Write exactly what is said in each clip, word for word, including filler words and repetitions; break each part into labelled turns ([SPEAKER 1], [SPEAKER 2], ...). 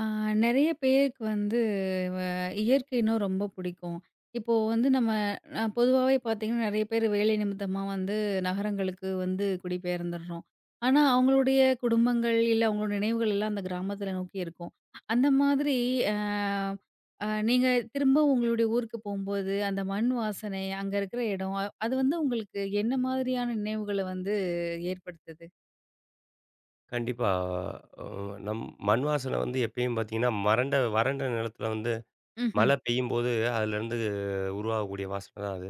[SPEAKER 1] ஆ, நெறைய பேருக்கு வந்து வ இயற்கைன்னா ரொம்ப பிடிக்கும். இப்போ வந்து நம்ம அ பொதுவாவே பார்த்தீங்கன்னா, நெறைய பேர் வேலை நிமித்தமா வந்து நகரங்களுக்கு வந்து குடிபெயர்ந்துடுறோம். ஆனா, அவங்களுடைய குடும்பங்கள், இல்ல அவங்களோட நினைவுகள் எல்லாம் அந்த கிராமத்தில நோக்கி இருக்கும். அந்த மாதிரி அ அ நீங்க திரும்ப உங்களுடைய ஊருக்கு போம்போது, அந்த மண் வாசனை, அங்க இருக்கிற இடம், அ அது வந்து உங்களுக்கு என்ன மாதிரியான நினைவுகள வந்து ஏற்படுத்துது?
[SPEAKER 2] கண்டிப்பா. அ நம் மண் வாசனை வந்து எப்பயும் பார்த்தீங்கன்னா, மறண்ட வறண்ட நிலத்தில வந்து
[SPEAKER 1] ம்ஹ்ம்.
[SPEAKER 2] மழை பெய்யும்போது அதிலேருந்து உருவாகக்கூடிய வாசனை தான் அது.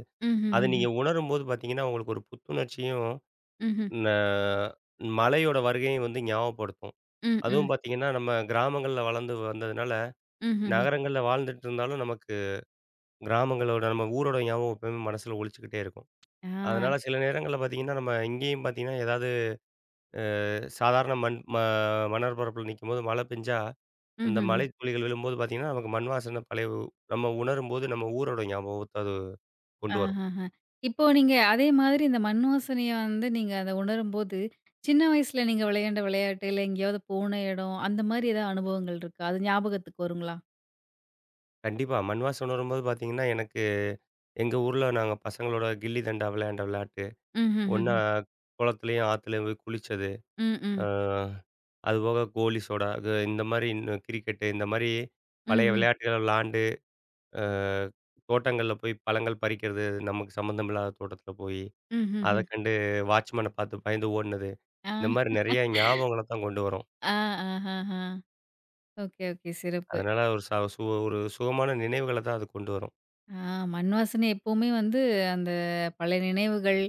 [SPEAKER 2] அது
[SPEAKER 1] ம்ஹ்ஹ்ம்.
[SPEAKER 2] நீங்க உணரும்போது பார்த்தீங்கன்னா, உங்களுக்கு ஒரு புத்துணர்ச்சியும்,
[SPEAKER 1] ம்ஹ்ம்.
[SPEAKER 2] ந மழையோட வருகையும் வந்து ஞாபகப்படுத்தும்.
[SPEAKER 1] ம்,
[SPEAKER 2] அதுவும்
[SPEAKER 1] ம்.
[SPEAKER 2] பார்த்தீங்கன்னா, நம்ம கிராமங்கள்ல வளர்ந்து வந்ததுனால,
[SPEAKER 1] ம்ஹ்ஹ்ம்.
[SPEAKER 2] நகரங்கள்ல வாழ்ந்துட்டு இருந்தாலும் நமக்கு கிராமங்களோட நம்ம ஊரோட ஞாபகம் எப்பவுமே மனசுல ஒலிச்சுக்கிட்டே இருக்கும்.
[SPEAKER 1] ஆ.
[SPEAKER 2] அதனால சில நேரங்கள்ல பார்த்தீங்கன்னா, நம்ம இங்கேயும் பார்த்தீங்கன்னா, ஏதாவது சாதாரண மண் ம மணற்பரப்புல நிக்கும்போது மழை பெஞ்சா அந்த
[SPEAKER 1] ம்ஹ்ம்.
[SPEAKER 2] மழை துளிகள் விழும்போது பார்த்தீங்கன்னா, நமக்கு மண் வாசனை பழைய உ நம்ம உணரும்போது நம்ம ஊரோட ஞாபகத்த அது கொண்டு வரும்.
[SPEAKER 1] ஆஹஹ. இப்போ நீங்க அதே மாதிரி இந்த மண் வாசனைய வந்து நீங்க அத உணரும்போது, சின்ன வயசுல நீங்க விளையாண்ட விளையாட்டு, இல்ல எங்கேயாவது போன இடம், அந்த மாரி ஏதாவது அனுபவங்கள் இருக்கா? அது ஞாபகத்துக்கு வருங்களா?
[SPEAKER 2] கண்டிப்பா. மண் வாசனை உணரும்போது பார்த்தீங்கன்னா, எனக்கு எங்க ஊர்ல நாங்க பசங்களோட கில்லி தண்டா விளையாண்ட விளையாட்டு, ஒண்ணா
[SPEAKER 1] ம்ஹ்ஹ்ஹ்ம்.
[SPEAKER 2] குளத்துலயும், ஆத்துலயும் போய் குளிச்சது.
[SPEAKER 1] ம்,
[SPEAKER 2] அ
[SPEAKER 1] ம்.
[SPEAKER 2] அதுபோக கோலி சோடா, இது இந்த மாரி இன்னும் கிரிக்கெட்டு இந்த மாரி பழைய
[SPEAKER 1] ம்ஹ்ம்.
[SPEAKER 2] விளையாட்டுகள விளாண்டு, அ தோட்டங்கள்ல போய் பழங்கள் பறிக்கிறது, நமக்கு சம்மந்தம் இல்லாத தோட்டத்துல போயி, அத
[SPEAKER 1] ம்ஹ்ஹ்ம்.
[SPEAKER 2] கண்டு வாட்ச்மேன பார்த்து பயந்து ஓடுனது.
[SPEAKER 1] ஆ.
[SPEAKER 2] இந்த மாரி நெறைய ஞாபகங்கள தான் கொண்டு வரும்.
[SPEAKER 1] ஆ, ஆஹஹா. Okay, okay. சிறப்பு.
[SPEAKER 2] அதனால ஒரு ச சு ஒரு சுகமான நினைவுகள தான் அது கொண்டு வரும்.
[SPEAKER 1] ஆ, மண் வாசனை எப்பவுமே வந்து அந்த பழைய நினைவுகள்,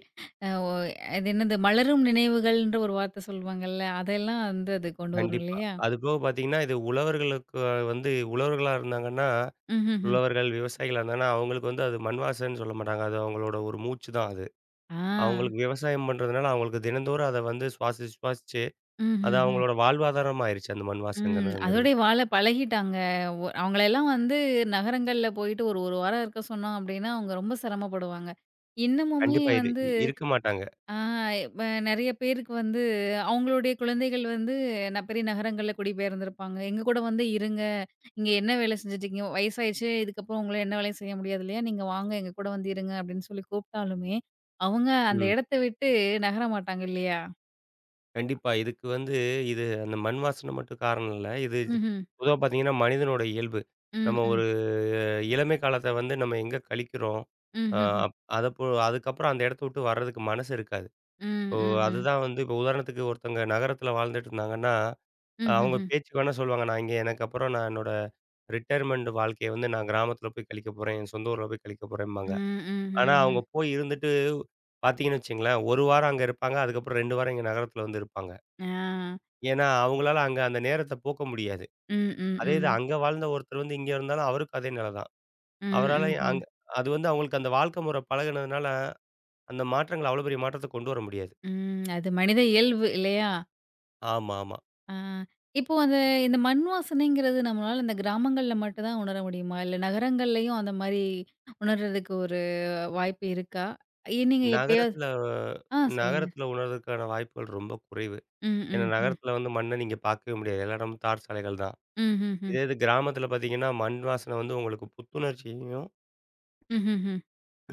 [SPEAKER 1] அ ஒ அது என்னது மலரும் நினைவுகள்ன்ற ஒரு வார்த்த சொல்லுவாங்கல்ல, அதெல்லாம் வந்து அது கொண்டு வரும்
[SPEAKER 2] கண்டிப்பா.
[SPEAKER 1] இல்லையா?
[SPEAKER 2] அதுபோக பார்த்தீங்கன்னா, இது உழவர்களுக்கு வந்து உழவர்களா இருந்தாங்கன்னா,
[SPEAKER 1] ம்ஹ்ஹ்ம்.
[SPEAKER 2] உழவர்கள், விவசாயிகளா இருந்தாங்கன்னா, அவங்களுக்கு வந்து அது மண் வாசனைன்னு சொல்ல மாட்டாங்க. அது அவங்களோட ஒரு மூச்சு தான் அது.
[SPEAKER 1] ஆ.
[SPEAKER 2] அவங்களுக்கு விவசாயம் பண்றதுனால, அவங்களுக்கு தினந்தோறும் அத வந்து சுவாசிச்சு, சுவாசிச்சு அது
[SPEAKER 1] ம்ஹ்ஹ்ம்.
[SPEAKER 2] அவங்களோட வாழ்வாதாரம் ஆயிருச்சு. அந்த மண்
[SPEAKER 1] ம்.
[SPEAKER 2] வாசனைங்கிறது.
[SPEAKER 1] அதோடயே வாழ பழகிட்டாங்க. ஒ அவங்களெல்லாம் வந்து நகரங்கள்ல போயிட்டு ஒரு 1 வாரம் இருக்க சொன்னோம் அப்டின்னா, அவங்க ரொம்ப சிரமப்படுவாங்க. இன்னமுமே
[SPEAKER 2] கண்டிப்பா இது
[SPEAKER 1] வந்து
[SPEAKER 2] இ- இருக்க மாட்டாங்க.
[SPEAKER 1] ஆ, வ நெறைய பேருக்கு வந்து அவங்களுடைய குழந்தைகள் வந்து ந பெரிய நகரங்கள்ல குடிபெயர்ந்திருப்பாங்க. எங்க கூட வந்து இருங்க. இங்க என்ன வேலை செஞ்சுட்டுருக்கீங்க? வயசாயிருச்சு. இதுக்கப்புறம் உங்கள என்ன வேலையும் செய்ய முடியாது இல்லையா? நீங்க வாங்க எங்க கூட வந்து இருங்க அப்டின்னு சொல்லி கூப்ட்டாலுமே, அவங்க அந்த
[SPEAKER 2] ம்.
[SPEAKER 1] இடத்த விட்டு நகர மாட்டாங்க இல்லையா?
[SPEAKER 2] கண்டிப்பா. இதுக்கு வந்து இது அந்த மண் வாசனை மட்டும் காரணம் இல்ல. இது
[SPEAKER 1] ம்ஹ்ம்.
[SPEAKER 2] பொதுவா பார்த்தீங்கன்னா, மனிதனோட இயல்பு.
[SPEAKER 1] ம்,
[SPEAKER 2] நம்ம ஒரு
[SPEAKER 1] ம்.
[SPEAKER 2] இளமை காலத்த வந்து நம்ம எங்க கழிக்கிறோம்?
[SPEAKER 1] ம்,
[SPEAKER 2] அ
[SPEAKER 1] ம்ஹ்ம்.
[SPEAKER 2] அப் அத பொ அதுக்கப்புறம் அந்த இடத்த விட்டு வர்றதுக்கு மனசு இருக்காது.
[SPEAKER 1] ம்,
[SPEAKER 2] இப்போ
[SPEAKER 1] ம், ம்.
[SPEAKER 2] அதுதான் வந்து இப்போ உதாரணத்துக்கு ஒருத்தவங்க நகரத்தில வாழ்ந்துட்டு இருந்தாங்கன்னா, அஹ் அவங்க
[SPEAKER 1] ம்ஹ்ம்.
[SPEAKER 2] பேச்சுக்கு வேணா சொல்லுவாங்க, "நான் இங்க எனக்கு அப்புறம் நான் என்னோட ரிட்டயர்மெண்ட் வாழ்க்கைய வந்து நான் கிராமத்தில போய் கழிக்க போறேன். என் சொந்த ஊர்ல போய் கழிக்க போறேம்பாங்க."
[SPEAKER 1] ம்,
[SPEAKER 2] ஆனா
[SPEAKER 1] ம்ஹ்ஹ்ம்.
[SPEAKER 2] அவங்க போய் இருந்துட்டு பார்த்தீங்கன்னு வச்சுக்கங்களேன், ஒரு வாரம் அங்க இருப்பாங்க. அதுக்கப்புறம் ரெண்டு வாரம் இங்க நகரத்தில வந்து இருப்பாங்க.
[SPEAKER 1] ஆ.
[SPEAKER 2] ஏன்னா, அவங்களால அங்க அந்த நேரத்த போக்க முடியாது.
[SPEAKER 1] ம், ம்,
[SPEAKER 2] அதே இது
[SPEAKER 1] ம்.
[SPEAKER 2] அங்க வாழ்ந்த ஒருத்தர் வந்து இங்க இருந்தாலும் அவருக்கும் அதே நிலை தான்.
[SPEAKER 1] ம்,
[SPEAKER 2] அவரால
[SPEAKER 1] ம்ஹ்ம்.
[SPEAKER 2] அங்க அது வந்து அவங்களுக்கு அந்த வாழ்க்கை முறை பழகுனதுனால, அந்த மாற்றங்கள் அவ்வளோ பெரிய மாற்றத்த கொண்டு வர முடியாது.
[SPEAKER 1] ம். ம், அது மனித இயல்பு இல்லையா?
[SPEAKER 2] ஆமா, ஆமா.
[SPEAKER 1] ஆ. இப்போ அந்த இந்த மண் வாசனைங்கிறது நம்மளால இந்த கிராமங்கள்ல மட்டும் தான் உணர முடியுமா? இல்ல நகரங்கள்லயும் அந்த மாரி உணர்றதுக்கு ஒரு வாய்ப்பு இருக்கா? இ நீங்க எப்பயாவது
[SPEAKER 2] நகரத்தில
[SPEAKER 1] ஆ, சொல்லுங்க.
[SPEAKER 2] நகரத்தில உணர்றதுக்கான வாய்ப்புகள் ரொம்ப குறைவு.
[SPEAKER 1] ம்,
[SPEAKER 2] ஏன்னா
[SPEAKER 1] ம், ம்.
[SPEAKER 2] நகரத்தில வந்து மண்ண நீங்க பார்க்கவே முடியாது. எல்லா இடமும் தார் சாலைகள் தான்.
[SPEAKER 1] ம்ஹ்ஹ்ம்.
[SPEAKER 2] இதே இது கிராமத்தில பார்த்தீங்கன்னா, மண் வாசனை வந்து உங்களுக்கு புத்துணர்ச்சியையும்,
[SPEAKER 1] ம்ஹ்ஹ்ம்.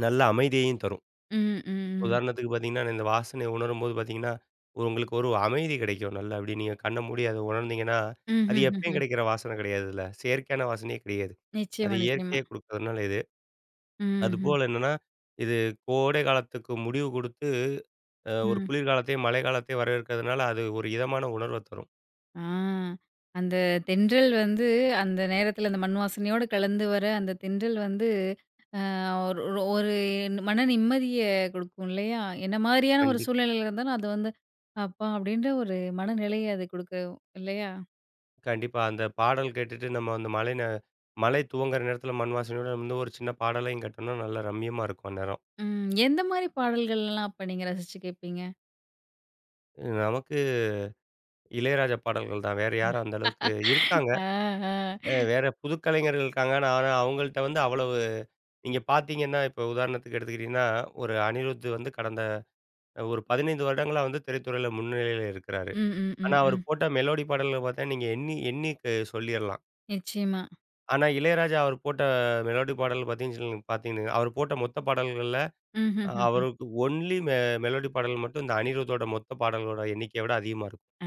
[SPEAKER 2] நல்ல அமைதியையும் தரும்.
[SPEAKER 1] ம், ம், ம்.
[SPEAKER 2] உதாரணத்துக்கு பார்த்தீங்கன்னா, இந்த வாசனைய உணரும்போது பார்த்தீங்கன்னா, உங்களுக்கு ஒரு அமைதி கிடைக்கும் நல்லா. அப்படி நீங்க கண்ண மூடி அத உணர்ந்தீங்கன்னா, அது எப்பயும்
[SPEAKER 1] ம்ஹ்ஹ்ம்.
[SPEAKER 2] கிடைக்கிற வாசனை கிடையாதுல்ல. செயற்கையான வாசனையே கிடையாது. அது
[SPEAKER 1] நிச்சயமா, நிச்சயமா.
[SPEAKER 2] இயற்கையே குடுக்கறதுனால இது.
[SPEAKER 1] ம்ஹ்ம். ம்.
[SPEAKER 2] அதுபோல என்னன்னா, இது கோடை காலத்துக்கு முடிவு குடுத்து, அ ஒரு
[SPEAKER 1] ம்.
[SPEAKER 2] குளிர்காலத்தையும், மழைக்காலத்தையும் வரவேற்கிறதுனால, அது ஒரு இதமான உணர்வ தரும்.
[SPEAKER 1] ஆ. அந்த தென்றல் வந்து அந்த நேரத்துல அந்த மண் வாசனையோட கலந்து வர அந்த தென்றல் வந்து அ ஒரு ஒரு ஒரு மன நிம்மதிய குடுக்கும் இல்லையா? என்ன மாரியான ஒரு
[SPEAKER 2] கண்டிப்
[SPEAKER 1] சூழ்நிலையில இருந்தாலும் அது வந்து அப்பா! அப்டின்ற ஒரு மனநிலைய அது குடுக்கும் இல்லையா?
[SPEAKER 2] கண்டிப்பா. அந்த பாடல் கேட்டுட்டு நம்ம அந்த மழை நே மழை துவங்குற நேரத்தில மண் வாசனையோட வந்து ஒரு சின்ன பாடலையும் கேட்டோம்னா, நல்லா ரம்மியமா இருக்கும் அந்நேரம்.
[SPEAKER 1] ம். எந்த மாரி பாடல்கள்லாம் அப்ப நீங்க ரசிச்சு கேட்பீங்க?
[SPEAKER 2] நமக்கு இளையராஜா பாடல்கள் தான். வேற யாரும் அந்த அளவுக்கு இருக்காங்க.
[SPEAKER 1] ஆ, ஆ.
[SPEAKER 2] அ வேற புது கலைஞர்கள் இருக்காங்க. ஆனா அவங்கள்ட்ட வந்து அவ்வளவு நீங்க பார்த்தீங்கன்னா, இப்போ உதாரணத்துக்கு எடுத்துக்கிட்டீங்கன்னா, ஒரு அனிருத் வந்து கடந்த ஒரு பதினைந்து வருடங்களா வந்து திரைத்துறையில முன்னிலையில இருக்கிறாரு.
[SPEAKER 1] ம், ம்,
[SPEAKER 2] ஆனா,
[SPEAKER 1] ம்,
[SPEAKER 2] அவரு
[SPEAKER 1] ம்.
[SPEAKER 2] போட்ட மெலோடி பாடல்கள பார்த்தா நீங்க எண்ணி எண்ணி க சொல்லிறலாம்.
[SPEAKER 1] நிச்சயமா.
[SPEAKER 2] ஆனா, இளையராஜா அவர் போட்ட மெலோடி பாடல் பார்த்தீங்கன்னு சொல் பார்த்தீங்கன்னா, அவர் போட்ட மொத்த பாடல்கள்ல அஹ்,
[SPEAKER 1] ம்ஹ்ஹ்ஹ்ம்.
[SPEAKER 2] அவருக்கு ஒன்லி மெ மெலோடி பாடல் மட்டும் இந்த அனிருத்தோட மொத்த பாடல்களோட எண்ணிக்கைய விட அதிகமா இருக்கும்.
[SPEAKER 1] ஆ.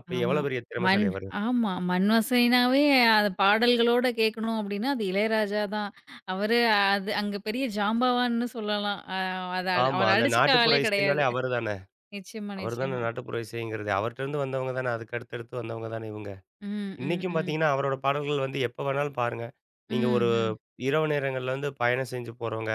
[SPEAKER 2] அப்ப எவ்வளோ
[SPEAKER 1] ஆமா.
[SPEAKER 2] பெரிய
[SPEAKER 1] மண்
[SPEAKER 2] திறமைசாலி அவரு.
[SPEAKER 1] ஆமா. மண் வாசனைனாவே அது பாடல்களோட கேட்கணும் அப்டின்னா, அது இளையராஜா தான். அவரு அது அங்க பெரிய ஜாம்பவான்னு சொல்லலாம். அ அத
[SPEAKER 2] ஆமா,
[SPEAKER 1] அவர
[SPEAKER 2] அந்த
[SPEAKER 1] அடிச்சுக்க
[SPEAKER 2] நாட்டுப்புற
[SPEAKER 1] ஆளே
[SPEAKER 2] இசைனாலே
[SPEAKER 1] கிடையாது.
[SPEAKER 2] அவரு தானே.
[SPEAKER 1] நிச்சயமா,
[SPEAKER 2] அவரு தானே
[SPEAKER 1] நிச்சயமா.
[SPEAKER 2] நாட்டுப்புற இசைங்கிறது. அவர்ட்டருந்து வந்தவங்க தானே. அதுக்கு அடுத்தடுத்து வந்தவங்க தானே இவங்க.
[SPEAKER 1] ம், ம்,
[SPEAKER 2] இன்னைக்கும்
[SPEAKER 1] ம்.
[SPEAKER 2] பார்த்தீங்கன்னா, அவரோட பாடல்கள் வந்து எப்ப வேணாலும் பாருங்க. நீங்க
[SPEAKER 1] ம்,
[SPEAKER 2] ஒரு
[SPEAKER 1] ம்.
[SPEAKER 2] இரவு நேரங்கள்ல வந்து பயணம் செஞ்சு போறவங்க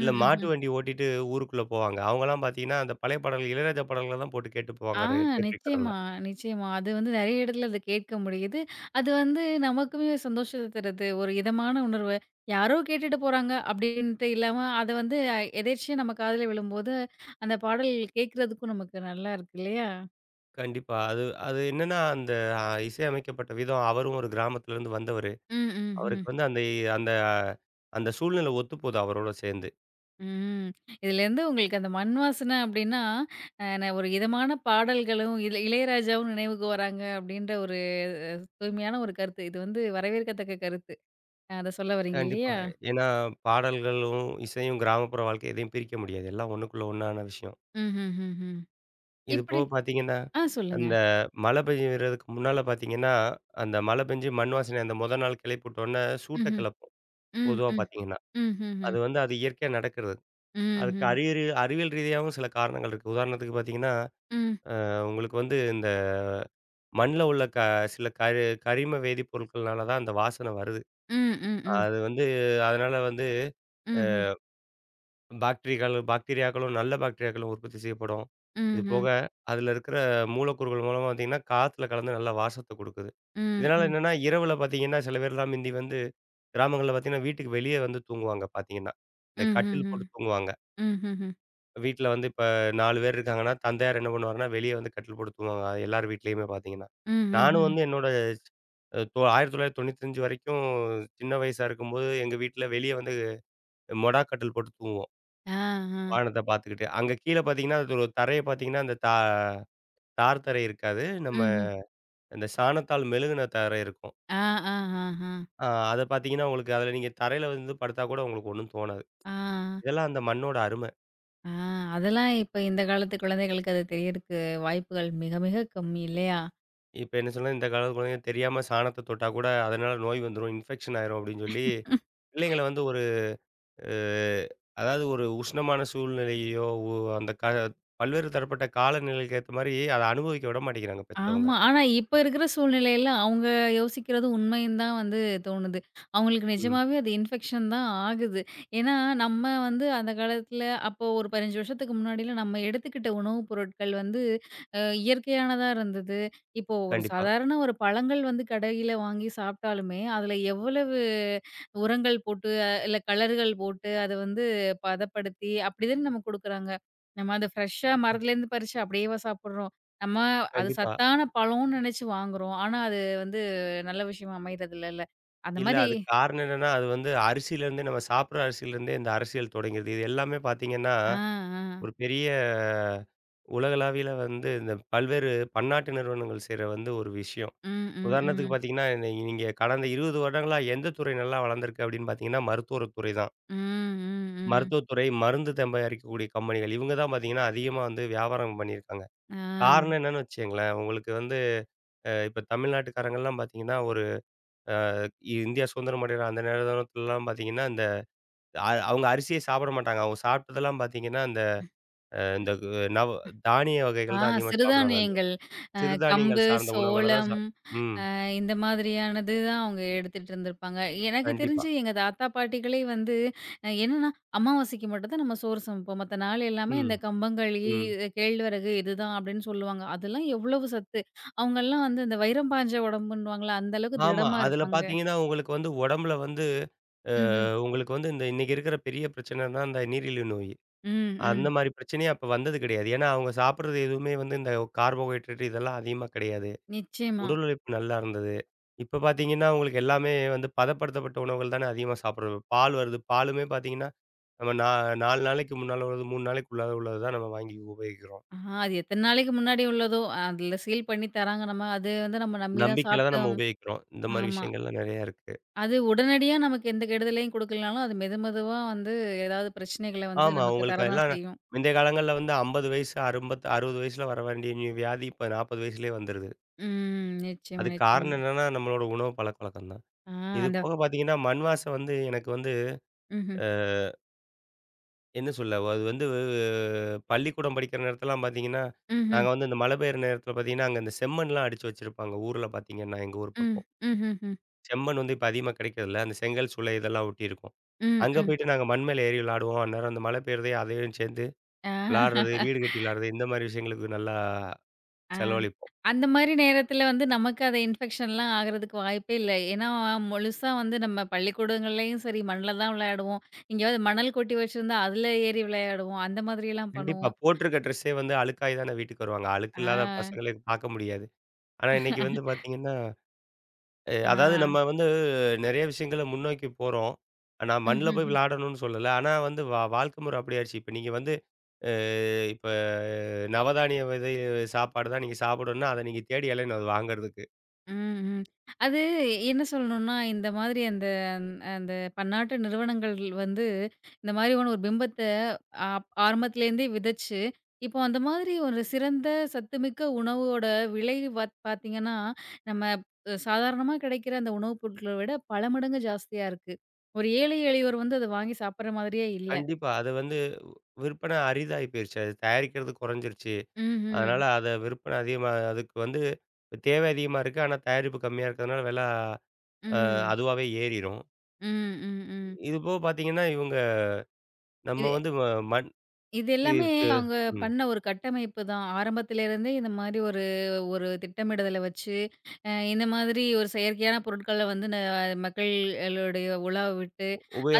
[SPEAKER 2] இல்ல மாட்டு
[SPEAKER 1] ம்.
[SPEAKER 2] வண்டி ஓட்டிட்டு ஊருக்குள்ள போவாங்க. அவங்கலாம் பார்த்தீங்கன்னா, அந்த பழைய பாடல்கள் இளையராஜா பாடல்கள தான் போட்டு கேட்டு
[SPEAKER 1] ஆ,
[SPEAKER 2] போவாங்க ஒரு டேப் ரெக்கார்டர்ல.
[SPEAKER 1] நிச்சயமா, நிச்சயமா. அது வந்து நெறைய இடத்துல அத கேட்க முடியுது. அது வந்து நமக்குமே சந்தோஷத்த தருது. ஒரு இதமான உணர்வு. யாரோ கேட்டுட்டு போறாங்க அப்படின்ட்டு இல்லாம, அத வந்து அஹ், எதேர்ச்சியா நம்ம காதுல விழும்போது, அந்த பாடல் கேட்கறதுக்கும் நமக்கு நல்லா இருக்கு இல்லையா?
[SPEAKER 2] கண்டிப்பா. அது அது என்னன்னா, அந்த அ இசையமைக்கப்பட்ட விதம் அவரும் ஒரு கிராமத்துலருந்து வந்தவரு.
[SPEAKER 1] ம், ம்ஹ்ம்.
[SPEAKER 2] அவருக்கு வந்து அந்த அந்த அந்த சூழ்நிலை ஒத்துப்போது அவரோட சேர்ந்து.
[SPEAKER 1] ம். இதுலேருந்து உங்களுக்கு அந்த மண் வாசனை அப்படின்னா, அ நான் ஒரு இதமான பாடல்களும், இள இளையராஜாவும் நினைவுக்கு வராங்க அப்படின்ற ஒரு அ தூய்மையான ஒரு கருத்து. இது வந்து வரவேற்கத்தக்க கருத்து. அத சொல்ல வரீங்க
[SPEAKER 2] கண்டிப்பா.
[SPEAKER 1] இல்லையா?
[SPEAKER 2] ஏன்னா பாடல்களும், இசையும் கிராமப்புற வாழ்க்கை எதையும் பிரிக்க முடியாது. எல்லாம் ஒண்ணுக்குள்ள ஒண்ணான விஷயம்.
[SPEAKER 1] ம்ஹ்ஹ்ஹ்ம்.
[SPEAKER 2] இது
[SPEAKER 1] இப்படி
[SPEAKER 2] போக பார்த்தீங்கன்னா,
[SPEAKER 1] ஆ, சொல்லுங்க.
[SPEAKER 2] அந்த மழை பெய்யறதுக்கு முன்னால பார்த்தீங்கன்னா, அந்த மழை பெஞ்சு மண் வாசனை அந்த மொத நாள் கிளப்பி விட்டோனே சூட்ட
[SPEAKER 1] ம்ஹ்ம்.
[SPEAKER 2] கிளப்பும்.
[SPEAKER 1] ம்,
[SPEAKER 2] பொதுவா
[SPEAKER 1] ம்,
[SPEAKER 2] பார்த்தீங்கன்னா.
[SPEAKER 1] ம்ஹ்ஹ்ம்.
[SPEAKER 2] அது வந்து அது இயற்கையா நடக்கிறது. அதுக்கு
[SPEAKER 1] ம்ஹ்ம்.
[SPEAKER 2] அறிகுறி அறிவியல் ரீதியாவும் சில காரணங்கள் இருக்கு. உதாரணத்துக்கு பார்த்தீங்கன்னா,
[SPEAKER 1] ம்,
[SPEAKER 2] அ உங்களுக்கு வந்து இந்த மண்ல உள்ள க சில கரி கரிம வேதிப்பொருட்கள்னால தான் அந்த வாசனை வருது.
[SPEAKER 1] ம், ம், ம்.
[SPEAKER 2] அது வந்து அதனால வந்து அ
[SPEAKER 1] ம்ஹ்ம்.
[SPEAKER 2] பாக்டீரியாக்கள் பாக்டீரியாக்களும் நல்ல பாக்டீரியாக்களும் உற்பத்தி செய்யப்படும். இது
[SPEAKER 1] ம்ஹ்ம்.
[SPEAKER 2] போக அதில இருக்கிற மூலக்கூறுகள் மூலமா பார்த்தீங்கன்னா, காத்துல கலந்து நல்ல வாசத்த குடுக்குது.
[SPEAKER 1] ம்,
[SPEAKER 2] இதனால
[SPEAKER 1] ம்.
[SPEAKER 2] என்னன்னா, இரவுல பார்த்தீங்கன்னா, சில பேர்லாம் மிந்தி வந்து கிராமங்கள்ல பார்த்தீங்கன்னா, வீட்டுக்கு வெளியே வந்து தூங்குவாங்க பார்த்தீங்கன்னா. இந்த கட்டில்
[SPEAKER 1] ம்ஹ்ஹ்ம்.
[SPEAKER 2] போட்டு தூங்குவாங்க.
[SPEAKER 1] ம்ஹ்ஹ்ம்.
[SPEAKER 2] வீட்ல வந்து இப்ப நாலு பேர் இருக்காங்கன்னா, தந்தையார் என்ன பண்ணுவாருன்னா, வெளிய வந்து கட்டில் போட்டு தூங்குவாங்க. அது எல்லார் வீட்லயுமே பார்த்தீங்கன்னா. நானும்
[SPEAKER 1] ம்ஹ்ஹ்ம்.
[SPEAKER 2] வந்து என்னோட அ தொ ஆயிரத்து தொள்ளாயிரத்து தொண்ணூற்று ஐந்து வரைக்கும் சின்ன வயசா இருக்கும்போது, எங்க வீட்ல வெளிய வந்து மொடா கட்டில் போட்டு தூங்குவோம்.
[SPEAKER 1] ஆ, ஆ.
[SPEAKER 2] வானத்த பார்த்துக்கிட்டு. அங்க கீழ பார்த்தீங்கன்னா, அது ஒரு தரைய பார்த்தீங்கன்னா, அந்த தா தார் தரை இருக்காது. நம்ம
[SPEAKER 1] ம்ஹ்ம்.
[SPEAKER 2] இந்த சாணத்தால் மெழுகுன தரை இருக்கும்.
[SPEAKER 1] ஆ, ஆ, ஆ, ஆ.
[SPEAKER 2] ஆ அத பார்த்தீங்கன்னா, உங்களுக்கு அதுல நீங்க தரையில வந்து படுத்தா கூட உங்களுக்கு ஒண்ணும் தோணாது.
[SPEAKER 1] ஆ,
[SPEAKER 2] இதெல்லாம் அந்த மண்ணோட அரும.
[SPEAKER 1] ஆ. அதெல்லாம் இப்ப இந்த காலத்து குழந்தைகளுக்கு அது தெரியறக்கு வாய்ப்புகள் மிக, மிக கம்மி இல்லையா?
[SPEAKER 2] இப்ப என்ன சொன்னா, இந்த காலத்து குழந்தைங்க தெரியாம சாணத்த தொட்டா கூட, அதனால நோய் வந்துரும், இன்ஃபெக்ஷன் ஆயிரும் அப்படின்னு சொல்லி, பிள்ளைங்கள வந்து ஒரு அ அதாவது ஒரு உஷ்ணமான சூழ்நிலையையோ, ஒ அந்த கா பல்வேறு தரப்பட்ட காலநிலைக்கு ஏத்த மாரி அத அனுபவிக்க விட மாட்டேங்கிறாங்க பெத்தவங்க.
[SPEAKER 1] ஆமா. ஆனா இப்ப இருக்கிற சூழ்நிலையில அவங்க யோசிக்கிறது உண்மைன்னு தான் வந்து தோணுது. அவங்களுக்கு
[SPEAKER 2] ம்.
[SPEAKER 1] நிஜமாவே அது இன்ஃபெக்ஷன் தான் ஆகுது. ஏன்னா நம்ம வந்து அந்த காலத்துல அப்போ ஒரு பதினைந்து வருஷத்துக்கு முன்னாடிலாம் நம்ம எடுத்துக்கிட்ட உணவுப் பொருட்கள் வந்து அ இயற்கையானதா இருந்தது. இப்போ ஒரு
[SPEAKER 2] கண்டிப்பா,
[SPEAKER 1] சாதாரண ஒரு பழங்கள் வந்து கடையில வாங்கி சாப்பிட்டாலுமே, அதுல எவ்வளவு உரங்கள் போட்டு, அஹ், இல்ல கலர்கள் போட்டு அத வந்து பதப்படுத்தி, அப்படி தானே நமக்கு குடுக்குறாங்க. நம்ம அத ஃப்ரெஷ்ஷா மரத்துலேருந்து பறிச்சு அப்படியேவா சாப்பிடுறோம்? நம்ம அது
[SPEAKER 2] கண்டிப்பா.
[SPEAKER 1] சத்தான பழம்னு நெனச்சு வாங்குறோம். ஆனா, அது வந்து நல்ல விஷயமா அமையறது இல்லல்ல. அந்த
[SPEAKER 2] இல்ல
[SPEAKER 1] மாரி
[SPEAKER 2] அதுக்கு காரணம் என்னன்னா, அது வந்து அரிசியிலேருந்தே நம்ம சாப்பிடுற அரிசியிலேருந்தே இந்த அரசியல் தொடங்கிருது. இது எல்லாமே பார்த்தீங்கன்னா,
[SPEAKER 1] ஆ, ஆ.
[SPEAKER 2] ஒரு பெரிய உலகளாவியல வந்து இந்த பல்வேறு பன்னாட்டு நிறுவனங்கள் செய்ற வந்து ஒரு விஷயம்.
[SPEAKER 1] ம், ம்,
[SPEAKER 2] உதாரணத்துக்கு
[SPEAKER 1] ம்.
[SPEAKER 2] பார்த்தீங்கன்னா, நீ நீங்க கடந்த இருபது வருடங்களா எந்த துறை நல்லா வளர்ந்திருக்கு அப்படின்னு பார்த்தீங்கன்னா, மருத்துவத்துறை தான்.
[SPEAKER 1] ம், ம், ம்.
[SPEAKER 2] மருத்துவத்துறை, மருந்து தயாரிக்கக்கூடிய கம்பெனிகள் இவங்க தான் பார்த்தீங்கன்னா, அதிகமா வந்து வியாபாரம் பண்ணியிருக்காங்க.
[SPEAKER 1] ஆ,
[SPEAKER 2] காரணம் என்னன்னு வச்சுக்கங்களேன், உங்களுக்கு வந்து அ இப்ப தமிழ்நாட்டுக்காரங்கலாம் பார்த்தீங்கன்னா, ஒரு அ இந்தியா சுதந்திரம் அடையிற அந்த நேரத்துலலாம் பார்த்தீங்கன்னா, இந்த அ அவங்க அரிசியே சாப்பிட மாட்டாங்க. அவங்க சாப்பிட்டதெல்லாம் பார்த்தீங்கன்னா, இந்த அ இந்த கு- நவ தானிய வகைகள்
[SPEAKER 1] ஆ,
[SPEAKER 2] தான் அதிகமா சாப்பிடுவாங்க. அந்த
[SPEAKER 1] சிறுதானியங்கள். அ
[SPEAKER 2] சிறுதானியங்கள்
[SPEAKER 1] கம்பு,
[SPEAKER 2] சார்ந்த உணவுகள தான் சா
[SPEAKER 1] சோளம்.
[SPEAKER 2] ம்.
[SPEAKER 1] இந்த மாதிரியானது தான் அவங்க எடுத்துட்டு இருந்திருப்பாங்க. எனக்கு
[SPEAKER 2] கண்டிப்பா.
[SPEAKER 1] தெரிஞ்சு எங்க தாத்தா, பாட்டிகளே வந்து அ என்னன்னா, அமாவாசைக்கு மட்டும் தான் நம்ம சோறு சமைப்போம். மத்த நாள் எல்லாமே
[SPEAKER 2] ம்.
[SPEAKER 1] இந்த கம்பங்களி,
[SPEAKER 2] ம்.
[SPEAKER 1] அஹ், கேழ்வரகு இதுதான் அப்படின்னு சொல்லுவாங்க. அதெல்லாம் எவ்வளவு சத்து. அவங்கலாம் வந்து இந்த வைரம் பாய்ஞ்ச உடம்புன்னுவாங்கல்ல, அந்த அளவுக்கு
[SPEAKER 2] ஆமா.
[SPEAKER 1] திடமா
[SPEAKER 2] அதுல
[SPEAKER 1] இருப்பாங்க.
[SPEAKER 2] பாத்தீங்கன்னா, உங்களுக்கு வந்து உடம்புல வந்து அ
[SPEAKER 1] ம்ஹ்ம்.
[SPEAKER 2] உங்களுக்கு வந்து இந்த இன்னைக்கு இருக்கிற பெரிய பிரச்சனைன்னா, இந்த நீரிழிவு நோய்.
[SPEAKER 1] ம்,
[SPEAKER 2] அந்த
[SPEAKER 1] ம்.
[SPEAKER 2] மாரி பிரச்சனையே அப்ப வந்தது கிடையாது. ஏன்னா, அவங்க சாப்பிடுறது எதுவுமே வந்து இந்த கார்போஹைட்ரேட் இதெல்லாம் அதிகமா கிடையாது.
[SPEAKER 1] நிச்சயமா.
[SPEAKER 2] உடல் உழைப்பு நல்லா இருந்தது. இப்ப பாத்தீங்கன்னா, உங்களுக்கு எல்லாமே வந்து பதப்படுத்தப்பட்ட உணவுகள் தானே அதிகமா சாப்பிடுறது. பால் வருது. பாலுமே பாத்தீங்கன்னா, நம்ம நா நாலு நாளைக்கு முன்னால உள்ளது, மூணு நாளைக்கு உள்ளது உள்ளது தான் நம்ம வாங்கி உபயோகிக்கிறோம்.
[SPEAKER 1] ஆ, அது எத்தன நாளைக்கு முன்னாடி உள்ளதோ, அதுல சீல் பண்ணி தராங்க. நம்ம அது வந்து நம்ம நம்பி தான்
[SPEAKER 2] நம்பிக்கையில தான் நம்ம
[SPEAKER 1] சாப்பிட்டோம்.
[SPEAKER 2] உபயோகிக்கிறோம். இந்த மாரி
[SPEAKER 1] ஆமா.
[SPEAKER 2] விஷயங்கள்லாம் நெறையா இருக்கு.
[SPEAKER 1] அது உடனடியா நமக்கு எந்த கெடுதலையும் குடுக்கலனாலும், அது மெது மெதுவா வந்து ஏதாவது பிரச்சனைகள வந்து
[SPEAKER 2] ஆமா.
[SPEAKER 1] நமக்கு
[SPEAKER 2] உங்களுக்கு
[SPEAKER 1] தரதான்
[SPEAKER 2] எல்லாம்
[SPEAKER 1] செய்யும்.
[SPEAKER 2] முந்தைய காலங்கள்ல வந்து ஐம்பது வயசு, ஐம்பது அறுபது வயசுல வர வேண்டிய நி வியாதி இப்ப நாற்பது வயசுலயே வந்துருது.
[SPEAKER 1] ம். நிச்சயமா,
[SPEAKER 2] அதுக்கு
[SPEAKER 1] நிச்சயமா.
[SPEAKER 2] காரணம் என்னன்னா, நம்மளோட உணவு பழக்கவழக்கம் தான்.
[SPEAKER 1] ஆ,
[SPEAKER 2] இது
[SPEAKER 1] அந்த
[SPEAKER 2] போக பார்த்தீங்கன்னா, மண் வாசம் வந்து எனக்கு வந்து
[SPEAKER 1] ம்ஹ்ம்.
[SPEAKER 2] அ என்ன சொல்ல? அது வந்து அஹ், பள்ளிக்கூடம் படிக்கிற நேரத்துலலாம் பார்த்தீங்கன்னா,
[SPEAKER 1] ம்ஹ்ம்.
[SPEAKER 2] நாங்க வந்து இந்த மழை பெய்யுற நேரத்தில பார்த்தீங்கன்னா, அங்க இந்த செம்மண்லாம் அடிச்சு வச்சிருப்பாங்க. ஊர்ல பார்த்தீங்கன்னா, எங்க ஊர்
[SPEAKER 1] ம்.
[SPEAKER 2] பக்கம்.
[SPEAKER 1] ம்ஹ்ம். ம்.
[SPEAKER 2] செம்மண் வந்து இப்ப அதிகமா கிடைக்கிறதில்ல. அந்த செங்கல் சூளை இதெல்லாம் ஒட்டியிருக்கும்.
[SPEAKER 1] ம்.
[SPEAKER 2] அங்க
[SPEAKER 1] ம்.
[SPEAKER 2] போயிட்டு நாங்க மண் மேல ஏறி விளையாடுவோம். அந்நேரம் அந்த மழை பெய்யுறதையும் அதையும் சேர்ந்து
[SPEAKER 1] ஆ.
[SPEAKER 2] விளையாடுறது, வீடு கட்டி விளையாடுறது இந்த மாரி விஷயங்களுக்கு நல்லா
[SPEAKER 1] ஆ.
[SPEAKER 2] செலவழிப்போம்.
[SPEAKER 1] அந்த மாரி நேரத்தில வந்து நமக்கு அது இன்ஃபெக்ஷன்லாம் ஆகுறதுக்கு வாய்ப்பே இல்ல. ஏன்னா, முழுசா வந்து நம்ம பள்ளிக்கூடங்கள்லயும் சரி, மண்ல தான் விளையாடுவோம். எங்கேயாவது மணல் கொட்டி வச்சிருந்தா, அதுல ஏறி விளையாடுவோம். அந்த மாதிரியெல்லாம்
[SPEAKER 2] கண்டிப்பா.
[SPEAKER 1] பண்ணுவோம்.
[SPEAKER 2] போட்டிருக்க ட்ரெஸ்ஸே வந்து அழுக்காயி தானே வீட்டுக்கு வருவாங்க. அழுக்கு
[SPEAKER 1] ஆ.
[SPEAKER 2] இல்லாத பசங்களே பார்க்க முடியாது. ஆனா இன்னைக்கு வந்து பார்த்தீங்கன்னா, அ அதாவது
[SPEAKER 1] ஆ.
[SPEAKER 2] நம்ம வந்து நெறைய விஷயங்கள முன்னோக்கி போறோம். நான் மண்ல போய்
[SPEAKER 1] ம்ஹ்ம்.
[SPEAKER 2] விளையாடணும்னு சொல்லல. ஆனா வந்து வா வாழ்க்கை முறை அப்படி ஆயிடுச்சு. இப்ப நீங்க வந்து அ இப்ப நவதானிய விதை சாப்பாடு தான் நீங்க சாப்பிடணும்னா, அத நீங்க தேடி அலையணும் அது வாங்குறதுக்கு.
[SPEAKER 1] ம், ம். அது என்ன சொல்லணும்னா, இந்த மாதிரி அந்த அந்த பன்னாட்டு நிறுவனங்கள் வந்து இந்த மாதிரியான ஒரு பிம்பத்த ஆப் ஆரம்பத்துலேருந்தே விதைச்சு, இப்போ அந்த மாதிரி ஒரு சிறந்த சத்துமிக்க உணவோட விலை வத் பார்த்தீங்கன்னா, நம்ம அ சாதாரணமா கிடைக்கிற அந்த உணவுப் பொருட்கள விட பல மடங்கு ஜாஸ்தியா இருக்கு. ஒரு ஏழை எளியோர் வந்து அத வாங்கி சாப்பிடுற மாதிரியே இல்ல.
[SPEAKER 2] கண்டிப்பா. அது வந்து விற்பனை அரிதாகி போயிருச்சு. அது தயாரிக்கிறது குறைஞ்சிருச்சு.
[SPEAKER 1] ம்ஹ்ம்.
[SPEAKER 2] அதனால அத விற்பனை அதிகமா அதுக்கு வந்து தேவை அதிகமா இருக்கு. ஆனா தயாரிப்பு கம்மியா இருக்கிறதுனால விலை அ
[SPEAKER 1] ம்.
[SPEAKER 2] அதுவாவே ஏறிரும்.
[SPEAKER 1] ம், ம், ம். ம்.
[SPEAKER 2] இது போக பார்த்தீங்கன்னா, இவங்க நம்ம
[SPEAKER 1] இது
[SPEAKER 2] வந்து ம மண்
[SPEAKER 1] இது
[SPEAKER 2] தி
[SPEAKER 1] எல்லாமே
[SPEAKER 2] து
[SPEAKER 1] அவங்க
[SPEAKER 2] ம்
[SPEAKER 1] பண்ண ஒரு கட்டமைப்பு தான். ஆரம்பத்திலேருந்தே இந்த மாதிரி ஒரு ஒரு திட்டமிடுதல வச்சு, அ இந்த மாதிரி ஒரு செயற்கையான பொருட்கள வந்து ந மக்கள் ளுடைய உலாவ விட்டு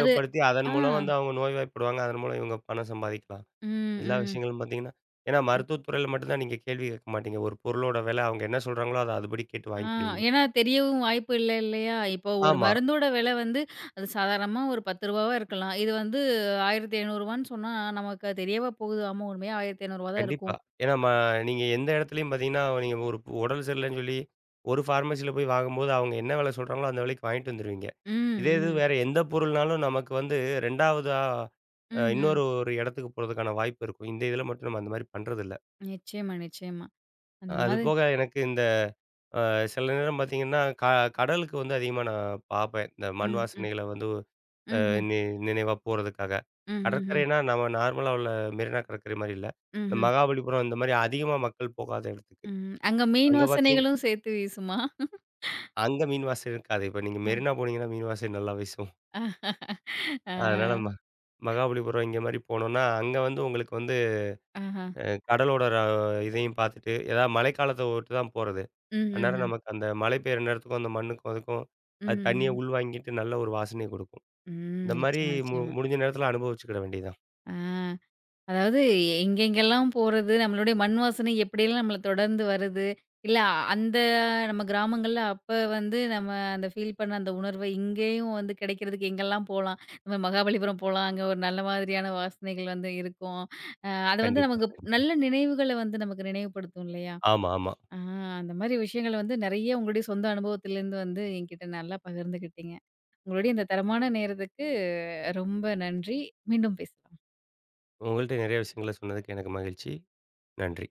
[SPEAKER 1] அது
[SPEAKER 2] அதன்
[SPEAKER 1] ஆ.
[SPEAKER 2] மூலம் வந்து அவங்க நோய்வாய்ப்படுவாங்க. அதன் மூலம் இவங்க பணம் சம்பாதிக்கலாம்.
[SPEAKER 1] ம்,
[SPEAKER 2] எல்லா
[SPEAKER 1] ம்,
[SPEAKER 2] விஷயங்களும் பார்த்தீங்கன்னா, ஏன்னா
[SPEAKER 1] ம்.
[SPEAKER 2] மருத்துவத் துறையில மட்டும் தான் நீங்க கேள்வி கேட்க மாட்டீங்க. ஒரு பொருளோட விலை அவங்க என்ன சொல்றாங்களோ, அத அதுபடி கேட்டு
[SPEAKER 1] ஆ,
[SPEAKER 2] வாங்கிக்கிடுவீங்க.
[SPEAKER 1] ஏன்னா தெரியவும் வாய்ப்பு இல்ல இல்லையா? இப்போ ஒரு
[SPEAKER 2] ஆமா.
[SPEAKER 1] மருந்தோட விலை வந்து அது சாதாரணமா ஒரு ரூ. 10வா இருக்கலாம். இது வந்து ரூ. 1500வான்னு சொன்னா நமக்கு அது தெரியவா போகுது? ஆமா உண்மையா ரூ. ஆயிரத்து ஐந்நூறு தான்
[SPEAKER 2] கண்டிப்பா.
[SPEAKER 1] இருக்கும்.
[SPEAKER 2] ஏன்னா ம நீங்க எந்த இடத்துலயும் பார்த்தீங்கன்னா, நீங்க ஒரு பு- உடல் சரியில்லன்னு சொல்லி, ஒரு ஃபார்மசில போய் வாங்கும்போது, அவங்க என்ன விலை சொல்றாங்களோ, அந்த விலைக்கு வாங்கிட்டு வந்துருவீங்க.
[SPEAKER 1] ம்,
[SPEAKER 2] இதே இது
[SPEAKER 1] ம்.
[SPEAKER 2] வேற எந்த பொருள்னாலும் நமக்கு வந்து இரண்டாவதா அ
[SPEAKER 1] ம்ஹ்ம்.
[SPEAKER 2] இன்னொரு ஒரு இடத்துக்கு போறதுக்கான வாய்ப்பு இருக்கும். இந்த இதில மட்டும் நம்ம அந்த மாரி பண்றதில்ல.
[SPEAKER 1] நிச்சயமா, நிச்சயமா. அந்த மாதிரி
[SPEAKER 2] அதுபோக எனக்கு இந்த அ சில நேரம் பார்த்தீங்கன்னா, க கடலுக்கு வந்து அதிகமா நான் பார்ப்பேன். இந்த மண்
[SPEAKER 1] ம், ம்.
[SPEAKER 2] வாசனைகள வந்து அ
[SPEAKER 1] ம்ஹ்ம்.
[SPEAKER 2] நி நினைவா போறதுக்காக.
[SPEAKER 1] ம்ஹ்ஹ்ம்.
[SPEAKER 2] கடற்கரைனா நம்ம நார்மலா உள்ள மெரினா கடற்கரை மாரி இல்ல. இந்த
[SPEAKER 1] ம்ஹ்ம்.
[SPEAKER 2] மகாபலிபுரம் இந்த மாரி அதிகமா மக்கள் போகாத இடத்துக்கு.
[SPEAKER 1] ம். அங்க மீன்
[SPEAKER 2] அங்க பார்த்தீங்கன்னா,
[SPEAKER 1] வாசனைகளும் சேர்த்து வீசுமா?
[SPEAKER 2] அங்க மீன் வாசனை இருக்காது. இப்ப நீங்க
[SPEAKER 1] அ.
[SPEAKER 2] மெரினா போனீங்கன்னா மீன் வாசனை நல்லா வீசும். அதனால ம
[SPEAKER 1] ஆ.
[SPEAKER 2] மகாபலிபுரம் இங்க மாரி போனோம்னா, அங்க வந்து உங்களுக்கு வந்து
[SPEAKER 1] ஆஹா.
[SPEAKER 2] அ கடலோட ர இதையும் பார்த்துட்டு, ஏதாவது மழைக்காலத்த ஒட்டு தான் போறது.
[SPEAKER 1] ம்ஹ்ஹ்ம்.
[SPEAKER 2] அந்நேரம் நமக்கு அந்த மழை பெய்யுற நேரத்துக்கும், அந்த மண்ணுக்கும் அதுக்கும் அது தண்ணிய
[SPEAKER 1] ம்ஹ்ம்.
[SPEAKER 2] உள்வாங்கிட்டு நல்ல ஒரு வாசனைய குடுக்கும்.
[SPEAKER 1] ம்.
[SPEAKER 2] இந்த மாரி
[SPEAKER 1] நிச்சயமா,
[SPEAKER 2] மு
[SPEAKER 1] நிச்சயமா.
[SPEAKER 2] முடிஞ்ச நேரத்தில அனுபவிச்சுக்கிட வேண்டியது தான்.
[SPEAKER 1] ஆ, அதாவது எங்கெங்கெல்லாம் போறது, நம்மளுடைய மண் வாசனை எப்படியெல்லாம் நம்மள தொடர்ந்து வருது. இல்ல அந்த நம்ம கிராமங்கள்ல அப்ப வந்து நம்ம அந்த ஃபீல் பண்ண அந்த உணர்வை இங்கேயும் வந்து கிடைக்கிறதுக்கு எங்கெல்லாம் போலாம். நம்ம மகாபலிபுரம் போலாம். அங்க ஒரு நல்ல மாதிரியான வாசனைகள் வந்து இருக்கும். அ அது வந்து
[SPEAKER 2] கண்டிப்பா,
[SPEAKER 1] நமக்கு
[SPEAKER 2] கண்டிப்பா.
[SPEAKER 1] நல்ல நினைவுகள வந்து நமக்கு நினைவுபடுத்தும் இல்லையா?
[SPEAKER 2] ஆமா, ஆமா.
[SPEAKER 1] ஆ, அந்த மாரி விஷயங்கள் வந்து நெறைய உங்களுடைய சொந்த அனுபவத்திலேருந்து வந்து என்கிட்ட நல்லா பகிர்ந்துக்கிட்டீங்க. உங்களுடைய இந்த தரமான நேரத்துக்கு ரொம்ப நன்றி. மீண்டும் பேசலாம்.
[SPEAKER 2] உங்கள்ட்ட நெறைய விஷயங்கள சொன்னதுக்கு எனக்கு மகிழ்ச்சி. நன்றி.